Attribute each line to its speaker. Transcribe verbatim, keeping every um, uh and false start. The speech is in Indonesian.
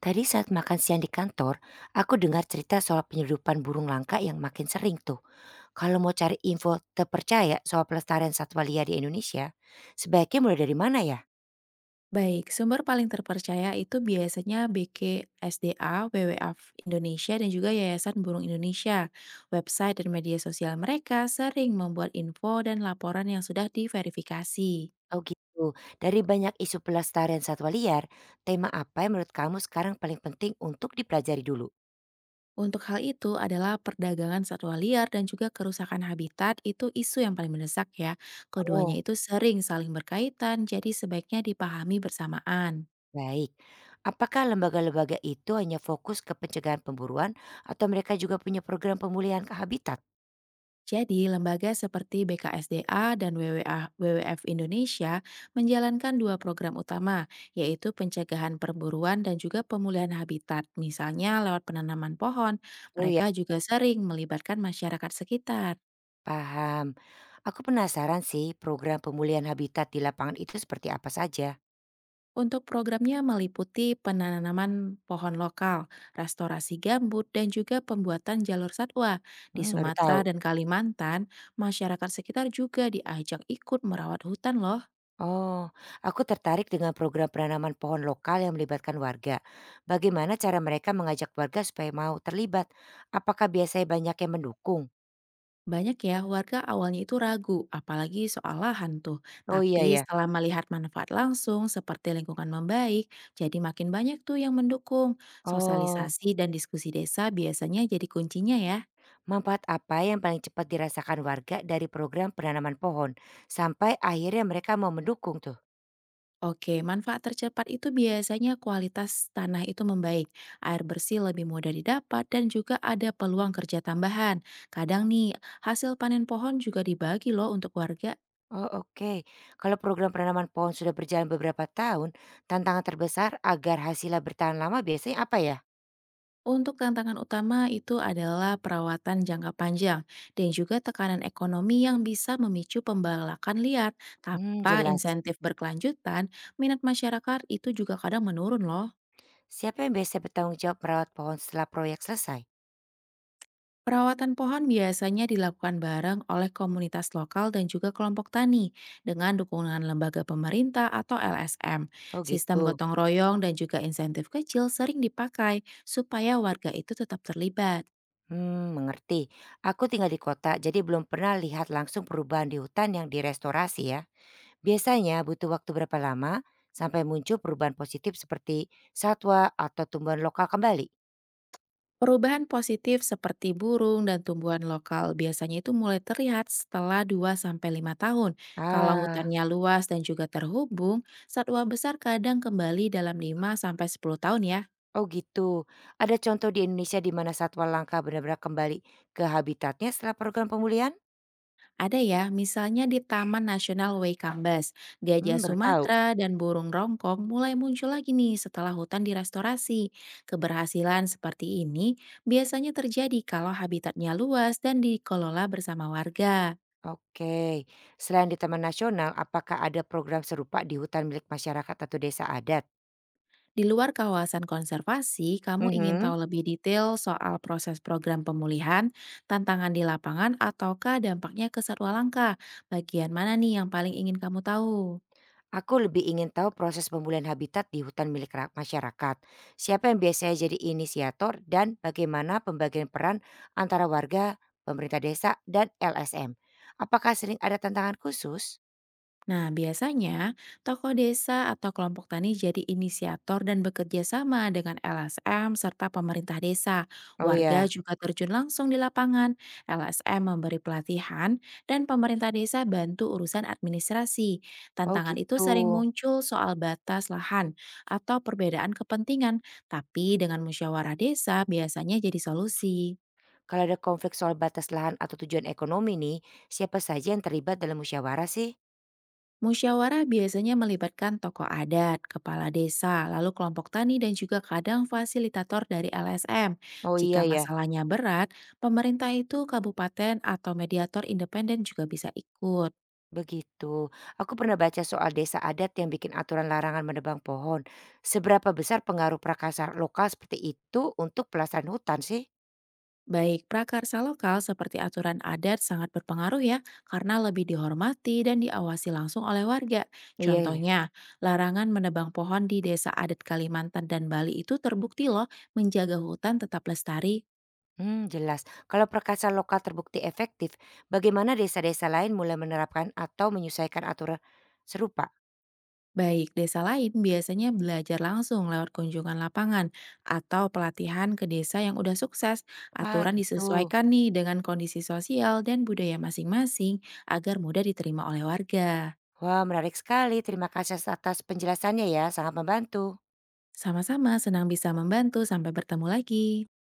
Speaker 1: Tadi saat makan siang di kantor, aku dengar cerita soal penyeludupan burung langka yang makin sering tuh. Kalau mau cari info terpercaya soal pelestarian satwa liar di Indonesia, sebaiknya mulai dari mana ya?
Speaker 2: Baik, sumber paling terpercaya itu biasanya B K S D A, W W F Indonesia, dan juga Yayasan Burung Indonesia. Website dan media sosial mereka sering membuat info dan laporan yang sudah diverifikasi.
Speaker 1: Oh gitu, dari banyak isu pelestarian satwa liar, tema apa yang menurut kamu sekarang paling penting untuk dipelajari dulu?
Speaker 2: Untuk hal itu adalah perdagangan satwa liar dan juga kerusakan habitat itu isu yang paling mendesak ya. Keduanya
Speaker 1: Oh,
Speaker 2: itu sering saling berkaitan, jadi sebaiknya dipahami bersamaan.
Speaker 1: baik. Apakah lembaga-lembaga itu hanya fokus ke pencegahan pemburuan atau mereka juga punya program pemulihan ke habitat?
Speaker 2: Jadi, lembaga seperti B K S D A dan WWA, W W F Indonesia menjalankan dua program utama, yaitu pencegahan perburuan dan juga pemulihan habitat, misalnya lewat penanaman pohon.
Speaker 1: Oh ya,
Speaker 2: Mereka juga sering melibatkan masyarakat sekitar.
Speaker 1: paham. Aku penasaran sih program pemulihan habitat di lapangan itu seperti apa saja.
Speaker 2: Untuk programnya meliputi penanaman pohon lokal, restorasi gambut, dan juga pembuatan jalur satwa. Di
Speaker 1: Hmm, baru tahu.
Speaker 2: Sumatera dan Kalimantan, masyarakat sekitar juga diajak ikut merawat hutan loh.
Speaker 1: Oh, aku tertarik dengan program penanaman pohon lokal yang melibatkan warga. Bagaimana cara mereka mengajak warga supaya mau terlibat? Apakah biasanya banyak yang mendukung?
Speaker 2: Banyak ya warga awalnya itu ragu, apalagi soal lahan tuh.
Speaker 1: Oh
Speaker 2: Tapi
Speaker 1: iya ya.
Speaker 2: setelah melihat manfaat langsung seperti lingkungan membaik, jadi makin banyak tuh yang mendukung.
Speaker 1: Oh,
Speaker 2: Sosialisasi dan diskusi desa biasanya jadi kuncinya ya.
Speaker 1: manfaat apa yang paling cepat dirasakan warga dari program penanaman pohon sampai akhirnya mereka mau mendukung tuh?
Speaker 2: Oke, manfaat tercepat itu biasanya kualitas tanah itu membaik, air bersih lebih mudah didapat, dan juga ada peluang kerja tambahan. Kadang nih, hasil panen pohon juga dibagi loh untuk warga.
Speaker 1: Oh oke, kalau program penanaman pohon sudah berjalan beberapa tahun, tantangan terbesar agar hasilnya bertahan lama biasanya apa ya?
Speaker 2: Untuk tantangan utama itu adalah perawatan jangka panjang dan juga tekanan ekonomi yang bisa memicu pembalakan liar.
Speaker 1: Hmm,
Speaker 2: Tanpa
Speaker 1: jelas.
Speaker 2: insentif berkelanjutan, minat masyarakat itu juga kadang menurun loh.
Speaker 1: Siapa yang biasanya bertanggung jawab merawat pohon setelah proyek selesai?
Speaker 2: Perawatan pohon biasanya dilakukan bareng oleh komunitas lokal dan juga kelompok tani dengan dukungan lembaga pemerintah atau L S M.
Speaker 1: Oh
Speaker 2: Sistem
Speaker 1: gitu.
Speaker 2: gotong royong dan juga insentif kecil sering dipakai supaya warga itu tetap terlibat.
Speaker 1: Hmm, mengerti. Aku tinggal di kota, jadi belum pernah lihat langsung perubahan di hutan yang direstorasi ya. Biasanya butuh waktu berapa lama sampai muncul perubahan positif seperti satwa atau tumbuhan lokal kembali?
Speaker 2: Perubahan positif seperti burung dan tumbuhan lokal biasanya itu mulai terlihat setelah dua sampai lima tahun. Kalau
Speaker 1: Ah,
Speaker 2: hutannya luas dan juga terhubung, satwa besar kadang kembali dalam lima sampai sepuluh tahun ya.
Speaker 1: oh gitu. Ada contoh di Indonesia di mana satwa langka benar-benar kembali ke habitatnya setelah program pemulihan?
Speaker 2: Ada ya, misalnya di Taman Nasional Waikambas, gajah
Speaker 1: Hmm, baru tahu.
Speaker 2: Sumatera dan burung rongkong mulai muncul lagi nih setelah hutan direstorasi. Keberhasilan seperti ini biasanya terjadi kalau habitatnya luas dan dikelola bersama warga.
Speaker 1: Oke. Selain di Taman Nasional, apakah ada program serupa di hutan milik masyarakat atau desa adat?
Speaker 2: Di luar kawasan konservasi, kamu ingin tahu
Speaker 1: Mhm.
Speaker 2: lebih detail soal proses program pemulihan, tantangan di lapangan, ataukah dampaknya ke satwa langka? Bagian mana nih yang paling ingin kamu tahu?
Speaker 1: Aku lebih ingin tahu proses pemulihan habitat di hutan milik ra- masyarakat. Siapa yang biasanya jadi inisiator dan bagaimana pembagian peran antara warga, pemerintah desa, dan L S M? Apakah sering ada tantangan khusus?
Speaker 2: Nah, biasanya tokoh desa atau kelompok tani jadi inisiator dan bekerja sama dengan L S M serta pemerintah desa.
Speaker 1: Oh
Speaker 2: Warga
Speaker 1: ya,
Speaker 2: juga terjun langsung di lapangan. L S M memberi pelatihan dan pemerintah desa bantu urusan administrasi.
Speaker 1: oh
Speaker 2: Tantangan itu
Speaker 1: gitu.
Speaker 2: sering muncul soal batas lahan atau perbedaan kepentingan, tapi dengan musyawarah desa biasanya jadi solusi.
Speaker 1: Kalau ada konflik soal batas lahan atau tujuan ekonomi nih, siapa saja yang terlibat dalam musyawarah sih?
Speaker 2: Musyawarah biasanya melibatkan tokoh adat, kepala desa, lalu kelompok tani dan juga kadang fasilitator dari L S M.
Speaker 1: Oh
Speaker 2: Jika
Speaker 1: iya ya,
Speaker 2: masalahnya berat, pemerintah itu kabupaten atau mediator independen juga bisa ikut.
Speaker 1: begitu. Aku pernah baca soal desa adat yang bikin aturan larangan menebang pohon. Seberapa besar pengaruh perkasa lokal seperti itu untuk pelestarian hutan sih?
Speaker 2: Baik prakarsa lokal seperti aturan adat sangat berpengaruh ya, karena lebih dihormati dan diawasi langsung oleh warga.
Speaker 1: Iya ya.
Speaker 2: Contohnya, larangan menebang pohon di desa adat Kalimantan dan Bali itu terbukti loh menjaga hutan tetap lestari.
Speaker 1: Hmm, jelas. Kalau perkasa lokal terbukti efektif, bagaimana desa-desa lain mulai menerapkan atau menyesuaikan aturan serupa?
Speaker 2: Baik, desa lain biasanya belajar langsung lewat kunjungan lapangan atau pelatihan ke desa yang udah sukses.
Speaker 1: Wah,
Speaker 2: Aturan
Speaker 1: gitu.
Speaker 2: disesuaikan nih dengan kondisi sosial dan budaya masing-masing agar mudah diterima oleh warga.
Speaker 1: Wah, menarik sekali. Terima kasih atas penjelasannya ya, sangat membantu.
Speaker 2: Sama-sama senang bisa membantu, sampai bertemu lagi.